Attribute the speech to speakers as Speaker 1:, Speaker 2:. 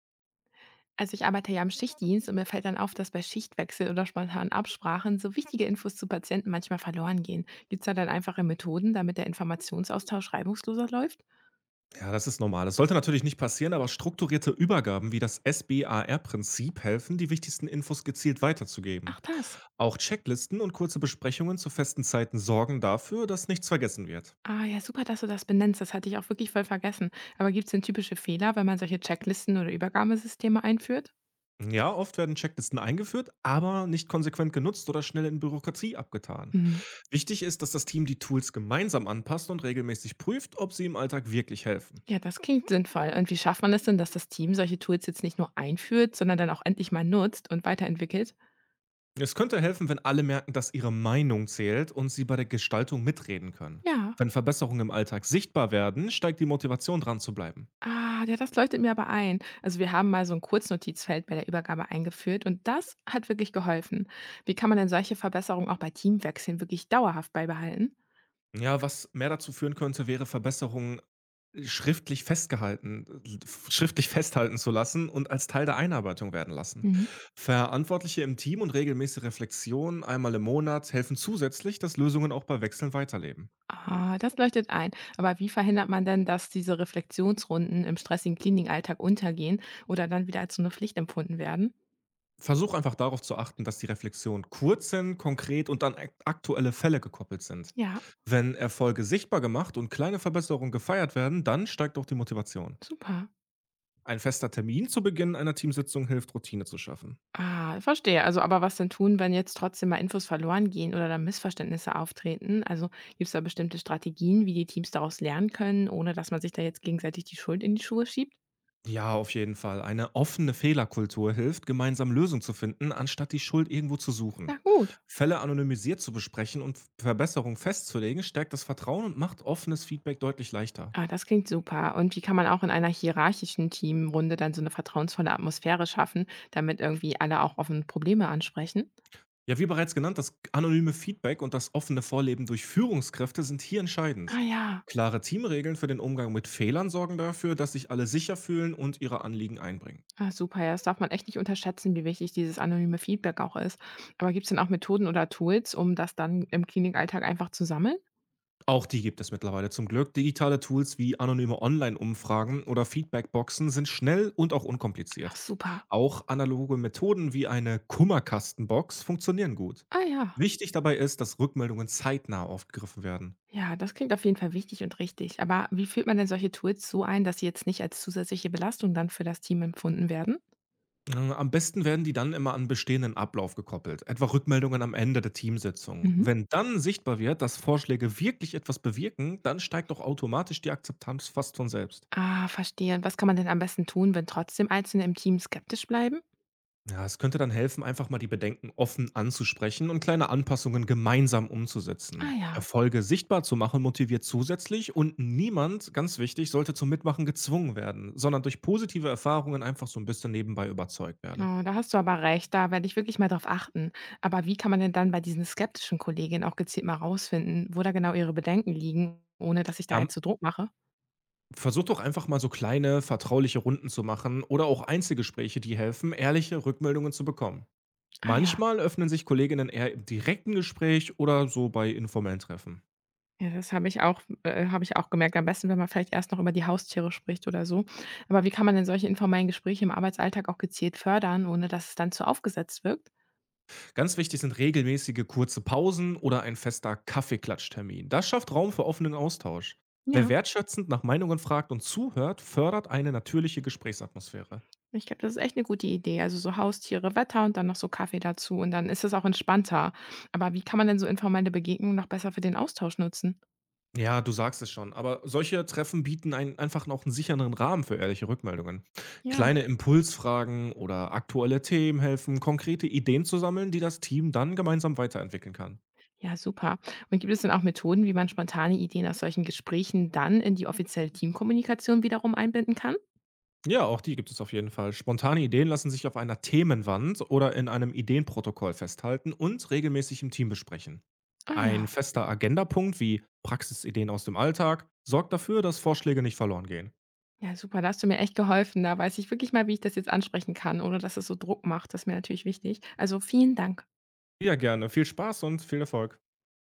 Speaker 1: Also ich arbeite ja im Schichtdienst und mir fällt dann auf, dass bei Schichtwechsel oder spontanen Absprachen so wichtige Infos zu Patienten manchmal verloren gehen. Gibt es da dann einfache Methoden, damit der Informationsaustausch reibungsloser läuft?
Speaker 2: Ja, das ist normal. Das sollte natürlich nicht passieren, aber strukturierte Übergaben wie das SBAR-Prinzip helfen, die wichtigsten Infos gezielt weiterzugeben.
Speaker 1: Ach das.
Speaker 2: Auch Checklisten und kurze Besprechungen zu festen Zeiten sorgen dafür, dass nichts vergessen wird.
Speaker 1: Ah ja, super, dass du das benennst. Das hatte ich auch wirklich voll vergessen. Aber gibt es denn typische Fehler, wenn man solche Checklisten oder Übergabesysteme einführt?
Speaker 2: Ja, oft werden Checklisten eingeführt, aber nicht konsequent genutzt oder schnell in Bürokratie abgetan.
Speaker 1: Hm.
Speaker 2: Wichtig ist, dass das Team die Tools gemeinsam anpasst und regelmäßig prüft, ob sie im Alltag wirklich helfen.
Speaker 1: Ja, das klingt sinnvoll. Und wie schafft man es denn, dass das Team solche Tools jetzt nicht nur einführt, sondern dann auch endlich mal nutzt und weiterentwickelt?
Speaker 2: Es könnte helfen, wenn alle merken, dass ihre Meinung zählt und sie bei der Gestaltung mitreden können.
Speaker 1: Ja.
Speaker 2: Wenn Verbesserungen im Alltag sichtbar werden, steigt die Motivation dran zu bleiben.
Speaker 1: Ah, ja, das leuchtet mir aber ein. Also wir haben mal so ein Kurznotizfeld bei der Übergabe eingeführt und das hat wirklich geholfen. Wie kann man denn solche Verbesserungen auch bei Teamwechseln wirklich dauerhaft beibehalten?
Speaker 2: Ja, was mehr dazu führen könnte, wäre Verbesserungen schriftlich festgehalten, schriftlich festhalten zu lassen und als Teil der Einarbeitung werden lassen.
Speaker 1: Mhm.
Speaker 2: Verantwortliche im Team und regelmäßige Reflexionen einmal im Monat helfen zusätzlich, dass Lösungen auch bei Wechseln weiterleben.
Speaker 1: Ah, das leuchtet ein. Aber wie verhindert man denn, dass diese Reflexionsrunden im stressigen Cleaning-Alltag untergehen oder dann wieder als so 'ne Pflicht empfunden werden?
Speaker 2: Versuch einfach darauf zu achten, dass die Reflexionen kurz sind, konkret und an aktuelle Fälle gekoppelt sind.
Speaker 1: Ja,
Speaker 2: Wenn Erfolge sichtbar gemacht und kleine Verbesserungen gefeiert werden, dann steigt auch die Motivation.
Speaker 1: super.
Speaker 2: Ein fester Termin zu Beginn einer Teamsitzung hilft, Routine zu schaffen.
Speaker 1: Ah, verstehe. Also, aber was denn tun, wenn jetzt trotzdem mal Infos verloren gehen oder da Missverständnisse auftreten? Also, gibt es da bestimmte Strategien, wie die Teams daraus lernen können, ohne dass man sich da jetzt gegenseitig die Schuld in die Schuhe schiebt?
Speaker 2: Ja, auf jeden Fall. Eine offene Fehlerkultur hilft, gemeinsam Lösungen zu finden, anstatt die Schuld irgendwo zu suchen.
Speaker 1: Na gut.
Speaker 2: Fälle anonymisiert zu besprechen und Verbesserungen festzulegen, stärkt das Vertrauen und macht offenes Feedback deutlich leichter.
Speaker 1: Ah, das klingt super. Und wie kann man auch in einer hierarchischen Teamrunde dann so eine vertrauensvolle Atmosphäre schaffen, damit irgendwie alle auch offen Probleme ansprechen?
Speaker 2: Ja, wie bereits genannt, das anonyme Feedback und das offene Vorleben durch Führungskräfte sind hier entscheidend.
Speaker 1: Ah ja,
Speaker 2: Klare Teamregeln für den Umgang mit Fehlern sorgen dafür, dass sich alle sicher fühlen und ihre Anliegen einbringen.
Speaker 1: ah, super. Ja, das darf man echt nicht unterschätzen, wie wichtig dieses anonyme Feedback auch ist. Aber gibt es denn auch Methoden oder Tools, um das dann im Klinikalltag einfach zu sammeln?
Speaker 2: Auch die gibt es mittlerweile zum Glück. Digitale Tools wie anonyme Online-Umfragen oder Feedbackboxen sind schnell und auch
Speaker 1: Ach,
Speaker 2: unkompliziert.
Speaker 1: super.
Speaker 2: Auch analoge Methoden wie eine Kummerkastenbox funktionieren gut.
Speaker 1: Ah ja.
Speaker 2: Wichtig dabei ist, dass Rückmeldungen zeitnah aufgegriffen werden.
Speaker 1: Ja, das klingt auf jeden Fall wichtig und richtig. Aber wie führt man denn solche Tools so ein, dass sie jetzt nicht als zusätzliche Belastung dann für das Team empfunden werden?
Speaker 2: Am besten werden die dann immer an bestehenden Ablauf gekoppelt, etwa Rückmeldungen am Ende der Teamsitzung.
Speaker 1: Mhm.
Speaker 2: Wenn dann sichtbar wird, dass Vorschläge wirklich etwas bewirken, dann steigt auch automatisch die Akzeptanz fast von selbst.
Speaker 1: Ah, verstehe. Und was kann man denn am besten tun, wenn trotzdem Einzelne im Team skeptisch bleiben?
Speaker 2: Ja, es könnte dann helfen, einfach mal die Bedenken offen anzusprechen und kleine Anpassungen gemeinsam
Speaker 1: Ah
Speaker 2: umzusetzen.
Speaker 1: ja.
Speaker 2: Erfolge sichtbar zu machen motiviert zusätzlich und niemand, ganz wichtig, sollte zum Mitmachen gezwungen werden, sondern durch positive Erfahrungen einfach so ein bisschen nebenbei überzeugt werden.
Speaker 1: Oh, da hast du aber recht, da werde ich wirklich mal drauf achten. Aber wie kann man denn dann bei diesen skeptischen Kolleginnen auch gezielt mal rausfinden, wo da genau ihre Bedenken liegen, ohne dass ich
Speaker 2: Ja,
Speaker 1: da jetzt
Speaker 2: am
Speaker 1: so Druck mache?
Speaker 2: Versuch doch einfach mal so kleine, vertrauliche Runden zu machen oder auch Einzelgespräche, die helfen, ehrliche Rückmeldungen zu bekommen.
Speaker 1: Ah ja.
Speaker 2: Manchmal öffnen sich Kolleginnen eher im direkten Gespräch oder so bei informellen Treffen.
Speaker 1: Ja, das habe ich auch gemerkt. Am besten, wenn man vielleicht erst noch über die Haustiere spricht oder so. Aber wie kann man denn solche informellen Gespräche im Arbeitsalltag auch gezielt fördern, ohne dass es dann zu aufgesetzt wirkt?
Speaker 2: Ganz wichtig sind regelmäßige kurze Pausen oder ein fester Kaffeeklatschtermin. Das schafft Raum für offenen Austausch. Wer
Speaker 1: Ja,
Speaker 2: wertschätzend nach Meinungen fragt und zuhört, fördert eine natürliche Gesprächsatmosphäre.
Speaker 1: ich glaube, das ist echt eine gute Idee. Also, so Haustiere, Wetter und dann noch so Kaffee dazu und dann ist es auch entspannter. Aber wie kann man denn so informelle Begegnungen noch besser für den Austausch nutzen?
Speaker 2: Ja, du sagst es schon, aber solche Treffen bieten einen einfach noch einen sicheren Rahmen für ehrliche Rückmeldungen.
Speaker 1: Ja.
Speaker 2: Kleine Impulsfragen oder aktuelle Themen helfen, konkrete Ideen zu sammeln, die das Team dann gemeinsam weiterentwickeln kann.
Speaker 1: Ja, super. Und gibt es denn auch Methoden, wie man spontane Ideen aus solchen Gesprächen dann in die offizielle Teamkommunikation wiederum einbinden kann?
Speaker 2: Ja, auch die gibt es auf jeden Fall. Spontane Ideen lassen sich auf einer Themenwand oder in einem Ideenprotokoll festhalten und regelmäßig im Team besprechen.
Speaker 1: Ah
Speaker 2: Ein
Speaker 1: ja.
Speaker 2: fester Agendapunkt wie Praxisideen aus dem Alltag sorgt dafür, dass Vorschläge nicht verloren gehen.
Speaker 1: Ja, super, da hast du mir echt geholfen. Da weiß ich wirklich mal, wie ich das jetzt ansprechen kann, ohne dass es so Druck macht. Das ist mir natürlich wichtig. Also vielen Dank.
Speaker 2: Ja, gerne. Viel Spaß und viel Erfolg.